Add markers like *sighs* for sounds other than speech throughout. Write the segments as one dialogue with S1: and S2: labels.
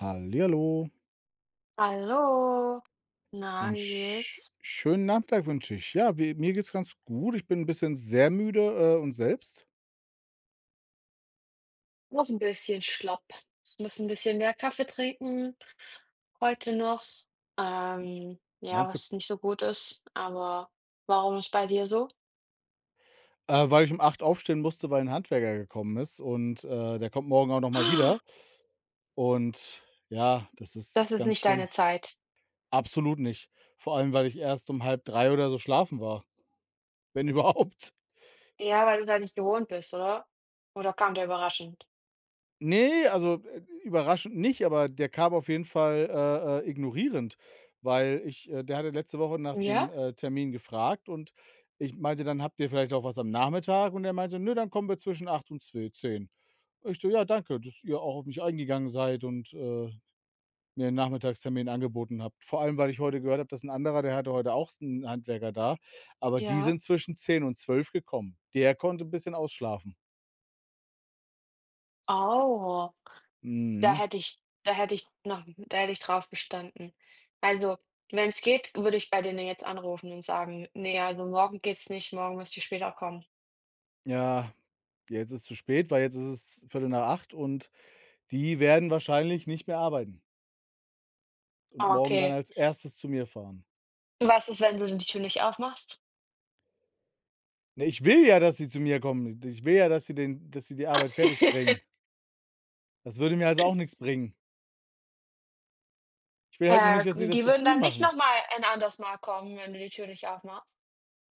S1: Hallihallo,
S2: Hallo. Na,
S1: einen
S2: wie geht's?
S1: schönen Nachmittag wünsche ich. Ja, wie mir geht's ganz gut. Ich bin 'n bisschen sehr müde, und selbst?
S2: Auch 'n bisschen schlapp. Ich muss ein bisschen mehr Kaffee trinken heute noch. Ja,
S1: Meinst du?
S2: was nicht so gut ist, aber warum ist bei dir so?
S1: Äh, weil ich um 8 aufstehen musste, weil 'n Handwerker gekommen ist und, der kommt morgen auch noch mal wieder.
S2: *gasps*
S1: Und ja, das
S2: Das
S1: ist
S2: ist
S1: ganz
S2: nicht
S1: schlimm.
S2: deine Zeit.
S1: Absolut nicht. Vor allem, weil ich erst um halb drei oder so schlafen war, wenn *laughs* überhaupt.
S2: Ja, weil du da nicht gewohnt bist, oder? Oder kam der überraschend?
S1: Nee, also, überraschend nicht, aber der kam auf jeden Fall, ignorierend, weil ich der hatte letzte Woche nach dem,
S2: Ja?
S1: Termin gefragt, und ich meinte dann: „Habt ihr vielleicht auch was am Nachmittag?“ Und er meinte: „Nö, dann kommen wir zwischen 8 und zwe 10.“ Ich so: „Ja, danke, dass ihr auch auf mich eingegangen seid und, mir 'n Nachmittagstermin angeboten habt.“ Vor allem, weil ich heute gehört habe, dass ein anderer, der hatte heute auch einen Handwerker da, aber die
S2: Ja.
S1: sind zwischen 10 und 12 gekommen. Der konnte ein bisschen ausschlafen.
S2: Oh.
S1: Mhm,
S2: Da hätte ich noch da hätte ich drauf bestanden. Also, wenn's geht, würde ich bei denen jetzt anrufen und sagen: „Ne, also morgen geht's nicht, morgen müsst ihr später kommen."
S1: ja. Jetzt ist es zu spät, weil jetzt ist es Viertel nach acht und die werden wahrscheinlich nicht mehr arbeiten und
S2: Ah,
S1: morgen dann
S2: „Okay,
S1: als erstes zu mir fahren.
S2: was ist, wenn du die Tür nicht aufmachst?"
S1: Ne, ich will ja, dass sie zu mir kommen. Ich will ja, dass sie den dass sie die Arbeit fertigbringen.
S2: *laughs*
S1: Das würde mir also auch nix bringen. Ich will halt nur nicht, dass sie das
S2: Die
S1: zu
S2: würden
S1: früh
S2: dann nicht noch
S1: machen.
S2: mal ein anderes Mal kommen, wenn du die Tür nicht aufmachst?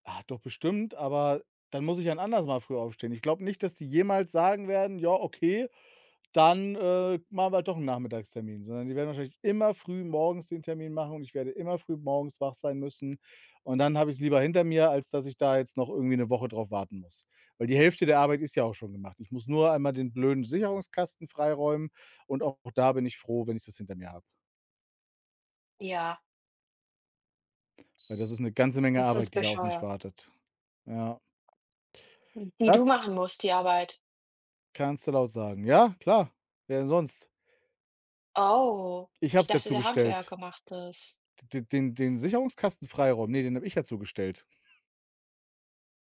S1: Ah, doch bestimmt, aber dann muss ich ja ein anderes Mal früh aufstehen. Ich glaube nicht, dass die jemals sagen werden: „Ja, okay, dann, machen wir halt doch einen Nachmittagstermin“, sondern die werden wahrscheinlich immer früh morgens den Termin machen und ich werde immer früh morgens wach sein müssen. Und dann habe ich es lieber hinter mir, als dass ich da jetzt noch irgendwie eine Woche drauf warten muss. Weil die Hälfte der Arbeit ist ja auch schon gemacht. Ich muss nur einmal den blöden Sicherungskasten freiräumen, und auch da bin ich froh, wenn ich das hinter mir habe,
S2: Ja,
S1: weil das ist eine ganze Menge
S2: das ist
S1: Arbeit, die da auf mich
S2: bescheuert.
S1: wartet. Ja,
S2: Die
S1: das
S2: du machen musst, die Arbeit.
S1: kannst du laut sagen. Ja, klar, wer denn sonst?
S2: Oh,
S1: Ich habe
S2: ich
S1: es ja
S2: dachte, der
S1: zugestellt.
S2: Handwerker macht das.
S1: D den den Sicherungskasten freiräumen, ne, den habe ich ja zugestellt.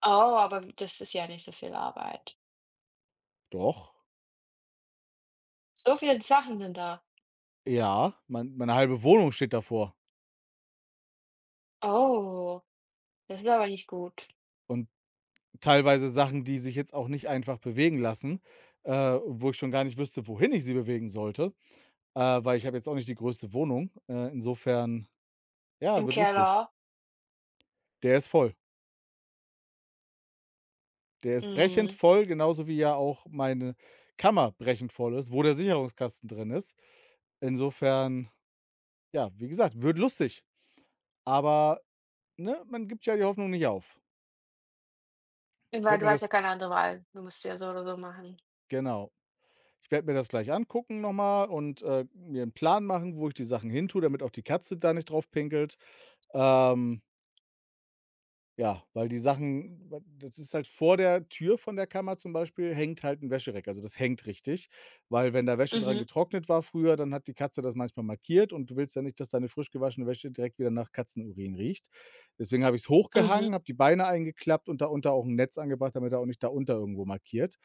S2: Oh, aber das ist ja nicht so viel Arbeit.
S1: Doch.
S2: So viele Sachen sind da.
S1: Ja, meine halbe Wohnung steht davor
S2: Oh. Das ist aber nicht gut.
S1: und teilweise Sachen, die sich jetzt auch nicht einfach bewegen lassen, äh, wo ich schon gar nicht wüsste, wohin ich sie bewegen sollte, weil ich habe jetzt auch nicht die größte Wohnung. Insofern, ja,
S2: Im
S1: wird lustig.
S2: Keller?
S1: Der ist voll. Der ist brechend
S2: Mhm.
S1: voll, genauso wie ja auch meine Kammer brechend voll ist, wo der Sicherungskasten drin ist. Insofern, ja, wie gesagt, wird lustig, aber, ne, man gibt ja die Hoffnung nicht auf. Ich
S2: Weil
S1: werde
S2: du
S1: mir
S2: hast ja
S1: das
S2: keine andere Wahl. Du musst ja so oder so machen.
S1: Genau. Ich werde mir das gleich angucken nochmal und, mir einen Plan machen, wo ich die Sachen hin tue, damit auch die Katze da nicht drauf pinkelt. Ähm, ja, weil die Sachen weil das ist halt vor der Tür von der Kammer, zum Beispiel hängt halt ein Wäschereck. Also, das hängt richtig, weil wenn da Wäsche dran
S2: Mhm,
S1: getrocknet war früher, dann hat die Katze das manchmal markiert und du willst ja nicht, dass deine frisch gewaschene Wäsche direkt wieder nach Katzenurin riecht. Deswegen habe ich es
S2: mhm.
S1: hochgehangen, habe die Beine eingeklappt und darunter auch ein Netz angebracht, damit er auch nicht darunter irgendwo markiert.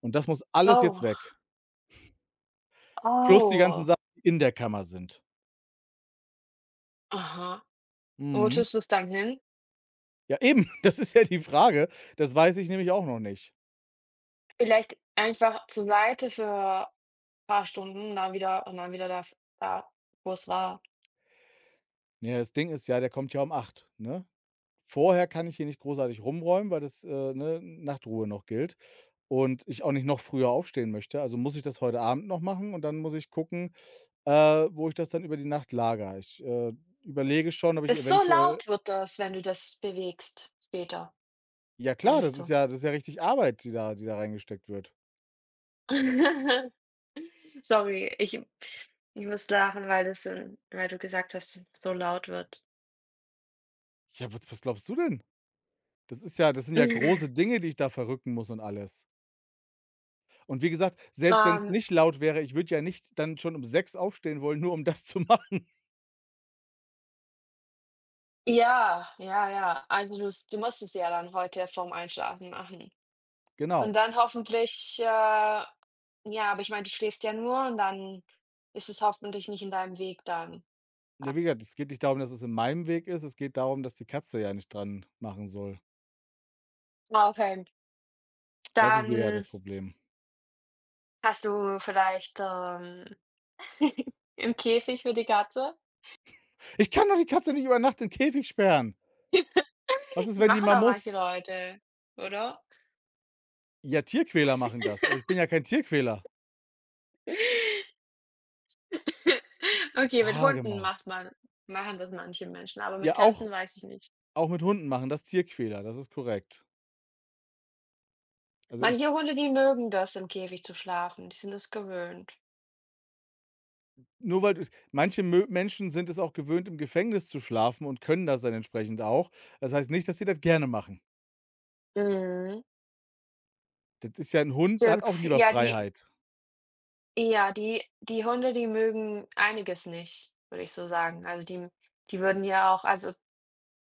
S1: Und das muss alles jetzt
S2: Oh,
S1: weg. Plus die ganzen
S2: oh.
S1: Sachen, die in der Kammer sind.
S2: Aha. Und wo
S1: Mhm.
S2: tust du's dann hin?
S1: Ja eben, *laughs* das ist ja die Frage. Das weiß ich nämlich auch noch nicht.
S2: Vielleicht einfach zur Seite für paar Stunden, dann wieder und dann wieder da, wo es war.
S1: Ne, das Ding ist ja, der kommt ja um acht, ne? Vorher kann ich hier nicht großartig rumräumen, weil das, ne, Nachtruhe noch gilt und ich auch nicht noch früher aufstehen möchte. Also muss ich das heute Abend noch machen und dann muss ich gucken, äh, wo ich das dann über die Nacht lagere. Ich, überlege schon, ob ich
S2: Das so
S1: eventuell.
S2: laut wird das, wenn du das bewegst später,
S1: Ja klar,
S2: denkst du.
S1: das ist ja richtig Arbeit, die da reingesteckt wird.
S2: *laughs* Sorry, ich muss lachen, weil weil du gesagt hast, dass es so laut wird.
S1: Ja, was glaubst du denn? Das ist ja das sind ja große Dinge, die ich da verrücken muss und alles. Und wie gesagt, selbst wenn's
S2: Ähm
S1: nicht laut wäre, ich würde ja nicht dann schon um 6 aufstehen wollen, nur um das *laughs* zu machen.
S2: Ja, ja, ja. Also, du musst es ja dann heute vorm Einschlafen machen. Und
S1: Genau.
S2: dann hoffentlich, ja, aber ich meine, du schläfst ja nur und dann ist es hoffentlich nicht in deinem Weg dann.
S1: Ja, wie gesagt, es geht nicht darum, dass es in meinem Weg ist. Es geht darum, dass die Katze ja nicht dran machen soll.
S2: Ah, okay.
S1: Das ist eher
S2: Dann
S1: das Problem.
S2: hast du vielleicht, *laughs* 'n Käfig für die Katze?
S1: Ich kann doch die Katze nicht über Nacht in 'n Käfig sperren. Was ist,
S2: Das
S1: wenn die
S2: machen
S1: mal
S2: auch manche
S1: muss?
S2: Leute, oder?
S1: Ja, Tierquäler machen das, aber ich bin ja kein Tierquäler.
S2: *laughs* Okay, mit
S1: Sage
S2: Hunden
S1: mal.
S2: macht man machen das manche Menschen, aber mit
S1: Ja,
S2: Katzen weiß ich nicht.
S1: auch mit Hunden machen das Tierquäler, das ist korrekt. Also, ich
S2: Manche Hunde, die mögen das, im Käfig zu schlafen. Die sind es gewöhnt.
S1: Nur weil du manche Mö Menschen sind es auch gewöhnt, im Gefängnis zu schlafen und können das dann entsprechend auch. Das heißt nicht, dass sie das gerne machen.
S2: Mhm,
S1: Das ist ja 'n Hund, der hat auch
S2: stimmt.
S1: lieber Freiheit.
S2: Ja, die Hunde, die mögen einiges nicht, würde ich so sagen. Also, die würden ja auch also,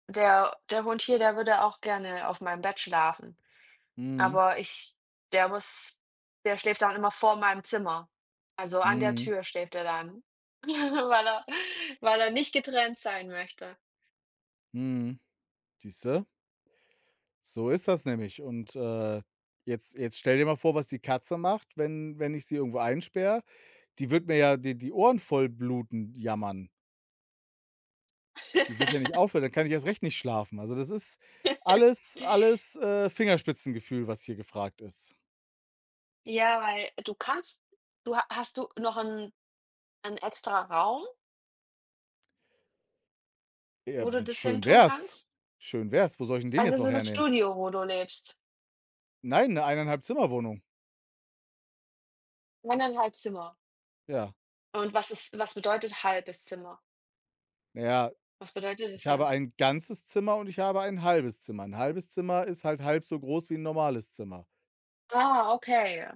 S2: der Hund hier, der würde auch gerne auf meinem Bett schlafen,
S1: Mhm,
S2: aber ich der muss der schläft dann immer vor meinem Zimmer. Also, an der
S1: mhm,
S2: Tür schläft er dann, *laughs* weil er weil er nicht getrennt sein möchte.
S1: mhm. Siehste? So ist das nämlich, und, jetzt stell dir mal vor, was die Katze macht, wenn ich sie irgendwo einsperre. Die wird mir ja die Ohren voll bluten, jammern. Die wird ja nicht aufhören, dann kann ich erst recht nicht schlafen. Also, das ist
S2: *laughs*
S1: alles, Fingerspitzengefühl, was hier gefragt ist.
S2: Ja, weil du kannst du ha hast du noch 'n extra Raum,
S1: Ja,
S2: wo
S1: d
S2: du das hin
S1: schön
S2: tun
S1: wär's.
S2: kannst?
S1: Schön wär's. Wo soll ich 'n den jetzt
S2: Also, so
S1: noch
S2: ein
S1: hernehmen?
S2: Studio, wo du lebst?
S1: Nein, 'ne 1,5 Zimmerwohnung.
S2: 1,5 Zimmer.
S1: Ja.
S2: Und was bedeutet halbes Zimmer?
S1: Naja,
S2: Was bedeutet
S1: ich
S2: das
S1: habe
S2: denn?
S1: ein ganzes Zimmer und ich habe ein halbes Zimmer. Ein halbes Zimmer ist halt halb so groß wie ein normales Zimmer.
S2: Ah, okay.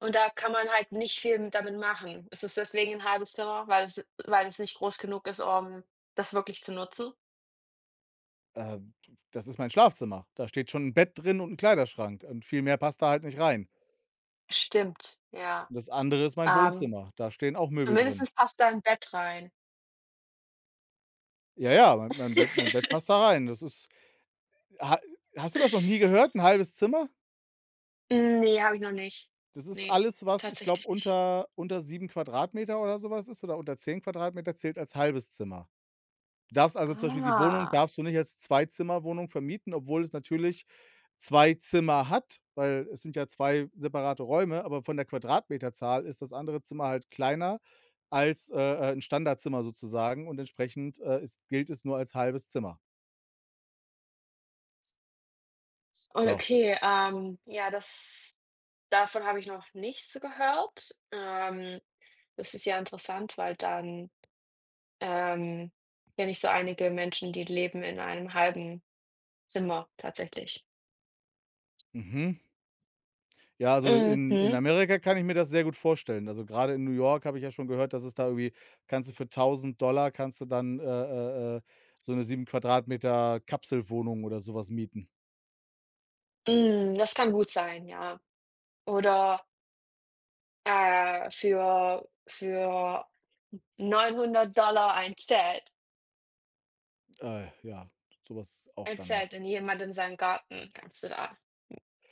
S2: Und da kann man halt nicht viel damit machen. Ist es deswegen ein halbes Zimmer, weil es nicht groß genug ist, um das wirklich zu nutzen?
S1: Ähm, Das ist mein Schlafzimmer. Da steht schon ein Bett drin und ein Kleiderschrank, und viel mehr passt da halt nicht rein.
S2: Stimmt, ja.
S1: Und das andere ist mein
S2: Ähm,
S1: Wohnzimmer. Da stehen auch Möbel drin.
S2: Zumindestens passt da ein Bett rein.
S1: Ja, ja, mein Bett
S2: *laughs*
S1: passt da rein. Das ist ha Hast du das noch nie gehört, ein halbes Zimmer?
S2: Hm, ne, habe ich noch nicht.
S1: Das ist
S2: Ne,
S1: alles, was ich glaube,
S2: tatsächlich nicht.
S1: unter 7 Quadratmeter oder sowas ist, oder unter 10 Quadratmeter, zählt als halbes Zimmer. Du darfst also zum Beispiel die Wohnung
S2: Ah,
S1: darfst du nicht als Zweizimmerwohnung vermieten, obwohl es natürlich 2 Zimmer hat, weil es sind ja 2 separate Räume, aber von der Quadratmeterzahl ist das andere Zimmer halt kleiner als, 'n Standardzimmer sozusagen, und entsprechend, ist gilt es nur als halbes Zimmer.
S2: o
S1: So.
S2: okay, ja, das davon habe ich noch nichts gehört. Das ist ja interessant, weil dann, ähm, kenne ich so einige Menschen, die leben in einem halben Zimmer tatsächlich.
S1: Mhm. Ja, also in
S2: Mhm,
S1: Amerika kann ich mir das sehr gut vorstellen. Also, gerade in New York habe ich ja schon gehört, dass es da irgendwie, kannst du für 1000 Dollar kannst du dann, so eine 7 Quadratmeter Kapselwohnung oder sowas mieten.
S2: mhm, das kann gut sein, ja. Oder, für 900 Dollar ein Zelt,
S1: Ja, sowas auch dann noch.
S2: In jemandem seinem Garten kannst du da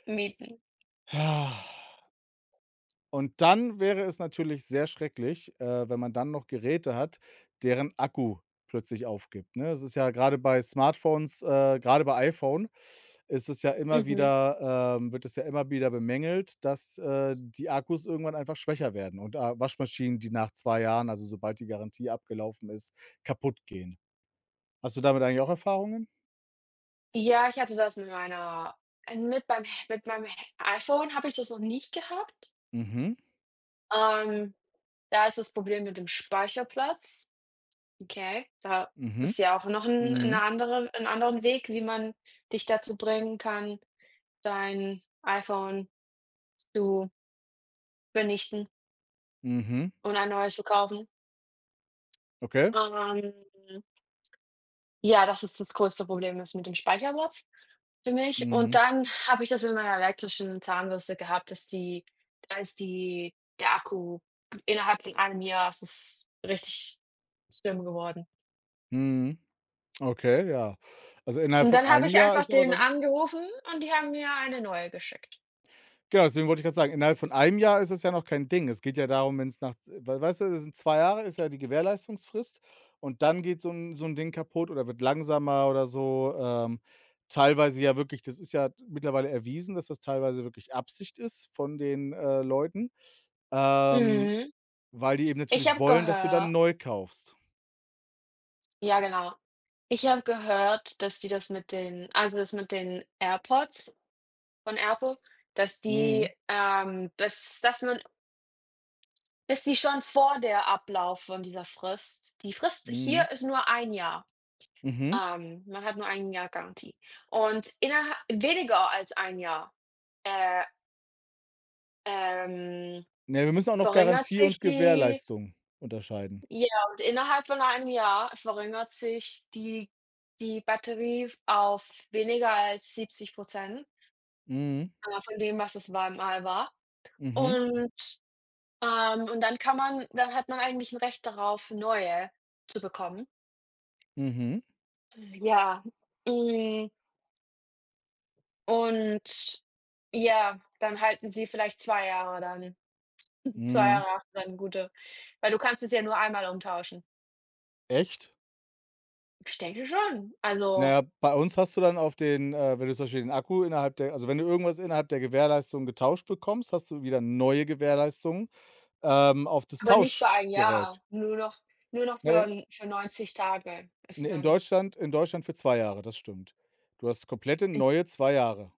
S2: mieten.
S1: *sighs* Und dann wäre es natürlich sehr schrecklich, wenn man dann noch Geräte hat, deren Akku plötzlich aufgibt, ne? Es ist ja gerade bei Smartphones, grade bei iPhone ist es ja immer
S2: Mhm.
S1: wieder wird es ja immer wieder bemängelt, dass, die Akkus irgendwann einfach schwächer werden, und, Waschmaschinen, die nach 2 Jahren, also sobald die Garantie abgelaufen ist, kaputt gehen. Hast du damit eigentlich auch Erfahrungen?
S2: Ja, ich hatte das mit meinem iPhone habe ich das noch nicht gehabt.
S1: Mhm,
S2: Ähm, Da ist das Problem mit dem Speicherplatz. Okay, da
S1: mhm,
S2: ist ja auch noch 'n 'ne
S1: mhm,
S2: andere 'n anderen Weg, wie man dich dazu bringen kann, dein iPhone zu vernichten
S1: mhm,
S2: und ein neues zu kaufen.
S1: okay.
S2: Ähm Ja, das größte Problem ist mit dem Speicherplatz für mich. Und
S1: Mhm,
S2: dann habe ich das mit meiner elektrischen Zahnbürste gehabt, dass die da ist die der Akku innerhalb von einem Jahr, es ist richtig schlimm geworden.
S1: mhm. Okay, ja. Also, innerhalb
S2: Und
S1: von
S2: dann habe
S1: einem
S2: ich
S1: Jahr
S2: einfach
S1: ist aber
S2: den
S1: dann
S2: angerufen und die haben mir eine neue geschickt.
S1: Genau, deswegen wollte ich grad sagen, innerhalb von einem Jahr ist es ja noch kein Ding. Es geht ja darum, wenn's nach weißt du, das sind 2 Jahre, ist ja die Gewährleistungsfrist, und dann geht so 'n Ding kaputt oder wird langsamer oder so. Teilweise ja wirklich das ist ja mittlerweile erwiesen, dass das teilweise wirklich Absicht ist von den, Leuten, ähm,
S2: Mhm.
S1: weil die eben
S2: Ich
S1: natürlich
S2: habe
S1: wollen, dass du dann
S2: gehört
S1: neu kaufst.
S2: Ja, genau. Ich habe gehört, dass die das mit den also, das mit den AirPods von Apple, dass die,
S1: Mhm,
S2: dass die schon vor der Ablauf von dieser Frist, die Frist
S1: mhm,
S2: hier ist nur ein Jahr.
S1: mhm.
S2: Man hat nur ein Jahr Garantie. Und innerhalb weniger als ein Jahr, äh, ähm,
S1: Ne, wir müssen auch noch
S2: verringert
S1: Garantie
S2: sich
S1: und
S2: die,
S1: Gewährleistung unterscheiden.
S2: ja, und innerhalb von einem Jahr verringert sich die Batterie auf weniger als 70,
S1: Mhm.
S2: von dem, was es war mal war.
S1: Mhm.
S2: Und, und dann hat man eigentlich 'n Recht darauf, neue zu bekommen.
S1: Mhm.
S2: Ja, hm, und ja, dann halten sie vielleicht 2 Jahre dann. zwei
S1: Mhm.
S2: Jahre hast du dann gute, weil du kannst es ja nur einmal umtauschen.
S1: Echt?
S2: Ich denke schon.
S1: Na
S2: Also,
S1: ja, bei uns hast du dann auf den wenn du zum Beispiel den Akku innerhalb der also, wenn du irgendwas innerhalb der Gewährleistung getauscht bekommst, hast du wieder neue Gewährleistungen, auf das
S2: aber nicht für ein
S1: Tauschgerät.
S2: Jahr, nur noch für
S1: Ne,
S2: 'n für 90 Tage
S1: ne,
S2: ist dann.
S1: In Deutschland für 2 Jahre, das stimmt. Du hast komplette
S2: Int
S1: neue 2 Jahre.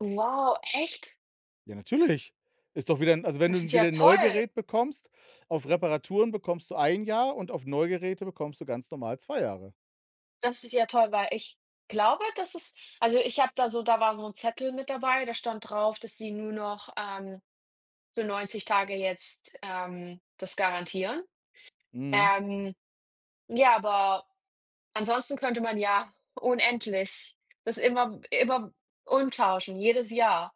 S2: Wow, echt?
S1: Ja, natürlich. Ist doch wieder 'n also, wenn
S2: Das
S1: du
S2: ist ja
S1: wieder 'n
S2: toll.
S1: Neugerät bekommst, auf Reparaturen bekommst du ein Jahr und auf Neugeräte bekommst du ganz normal 2 Jahre.
S2: Das ist ja toll, weil ich glaube, dass es also, ich habe da so da war so ein Zettel mit dabei, da stand drauf, dass sie nur noch, für 90 Tage jetzt, das garantieren.
S1: Mhm.
S2: Ähm, ja, aber ansonsten könnte man ja unendlich das immer umtauschen, jedes Jahr.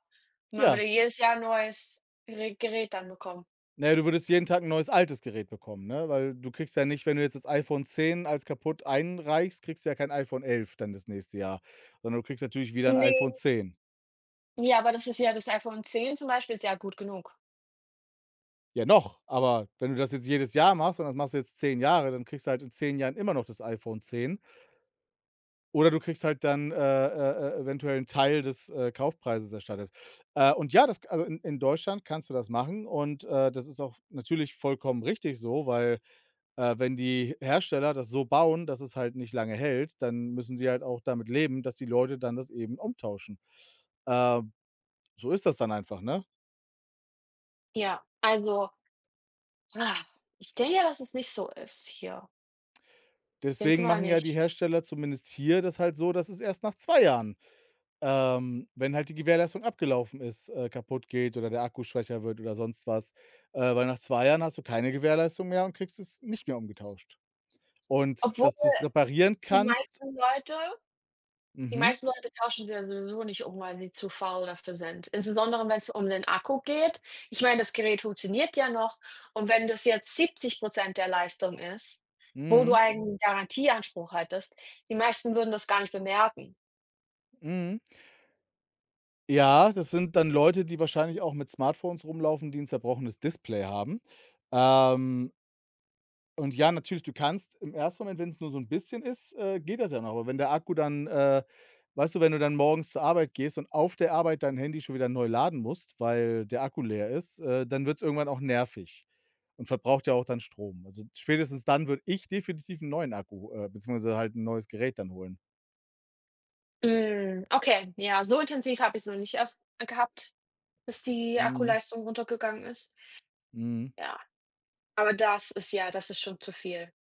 S2: Man
S1: Ja.
S2: würde jedes Jahr 'n neues Gerät dann bekommen.
S1: Na ja, du würdest jeden Tag ein neues altes Gerät bekommen, ne? Weil du kriegst ja nicht, wenn du jetzt das iPhone 10 als kaputt einreichst, kriegst du ja kein iPhone 11 dann das nächste Jahr, sondern du kriegst natürlich wieder ein
S2: Ne,
S1: iPhone 10.
S2: ja, aber das ist ja das iPhone 10 zum Beispiel ist ja gut genug.
S1: Ja, noch, aber wenn du das jetzt jedes Jahr machst und das machst du jetzt 10 Jahre, dann kriegst du halt in 10 Jahren immer noch das iPhone 10. Oder du kriegst halt dann, eventuell 'n Teil des, Kaufpreises erstattet. Und ja, das, also, in Deutschland kannst du das machen, und, das ist auch natürlich vollkommen richtig so, weil, wenn die Hersteller das so bauen, dass es halt nicht lange hält, dann müssen sie halt auch damit leben, dass die Leute dann das eben umtauschen. Äh, so ist das dann einfach, ne?
S2: Ja, also, ah, ich denke ja, dass es nicht so ist hier. Ich denke
S1: Deswegen
S2: mal
S1: machen ja die
S2: nicht.
S1: Hersteller zumindest hier das halt so, dass es erst nach 2 Jahren, wenn halt die Gewährleistung abgelaufen ist, kaputt geht oder der Akku schwächer wird oder sonst was. Weil nach 2 Jahren hast du keine Gewährleistung mehr und kriegst es nicht mehr umgetauscht. Und
S2: Obwohl
S1: dass du es reparieren
S2: die
S1: kannst.
S2: meisten Leute Die
S1: Mhm,
S2: meisten Leute tauschen sie ja sowieso nicht um, weil sie zu faul dafür sind. Insbesondere, wenn es um den Akku geht. Ich meine, das Gerät funktioniert ja noch und wenn das jetzt 70 der Leistung ist, wo du
S1: mhm,
S2: einen Garantieanspruch hattest, die meisten würden das gar nicht bemerken.
S1: mhm. Ja, das sind dann Leute, die wahrscheinlich auch mit Smartphones rumlaufen, die ein zerbrochenes Display haben. Ähm Und ja, natürlich, du kannst im ersten Moment, wenn es nur so 'n bisschen ist, geht das ja noch. Aber wenn der Akku dann, weißt du, wenn du dann morgens zur Arbeit gehst und auf der Arbeit dein Handy schon wieder neu laden musst, weil der Akku leer ist, dann wird's irgendwann auch nervig und verbraucht ja auch dann Strom. Also, spätestens dann würde ich definitiv 'n neuen Akku, beziehungsweise halt 'n neues Gerät dann holen.
S2: Hm, okay, ja, so intensiv habe ich es noch nicht erf gehabt, dass die
S1: Mhm,
S2: Akkuleistung runtergegangen ist.
S1: mhm.
S2: Ja, aber das ist schon zu viel.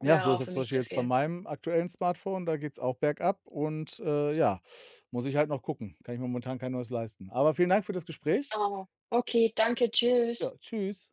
S1: Ja,
S2: Wäre
S1: so ist
S2: auch
S1: das
S2: für
S1: zum
S2: mich
S1: Beispiel
S2: zu
S1: jetzt bei
S2: viel.
S1: meinem aktuellen Smartphone, da geht's auch bergab und, ja, muss ich halt noch gucken. Kann ich mir momentan kein neues leisten. Aber vielen Dank für das Gespräch.
S2: Oh, okay, danke, tschüss.
S1: Ja, tschüss.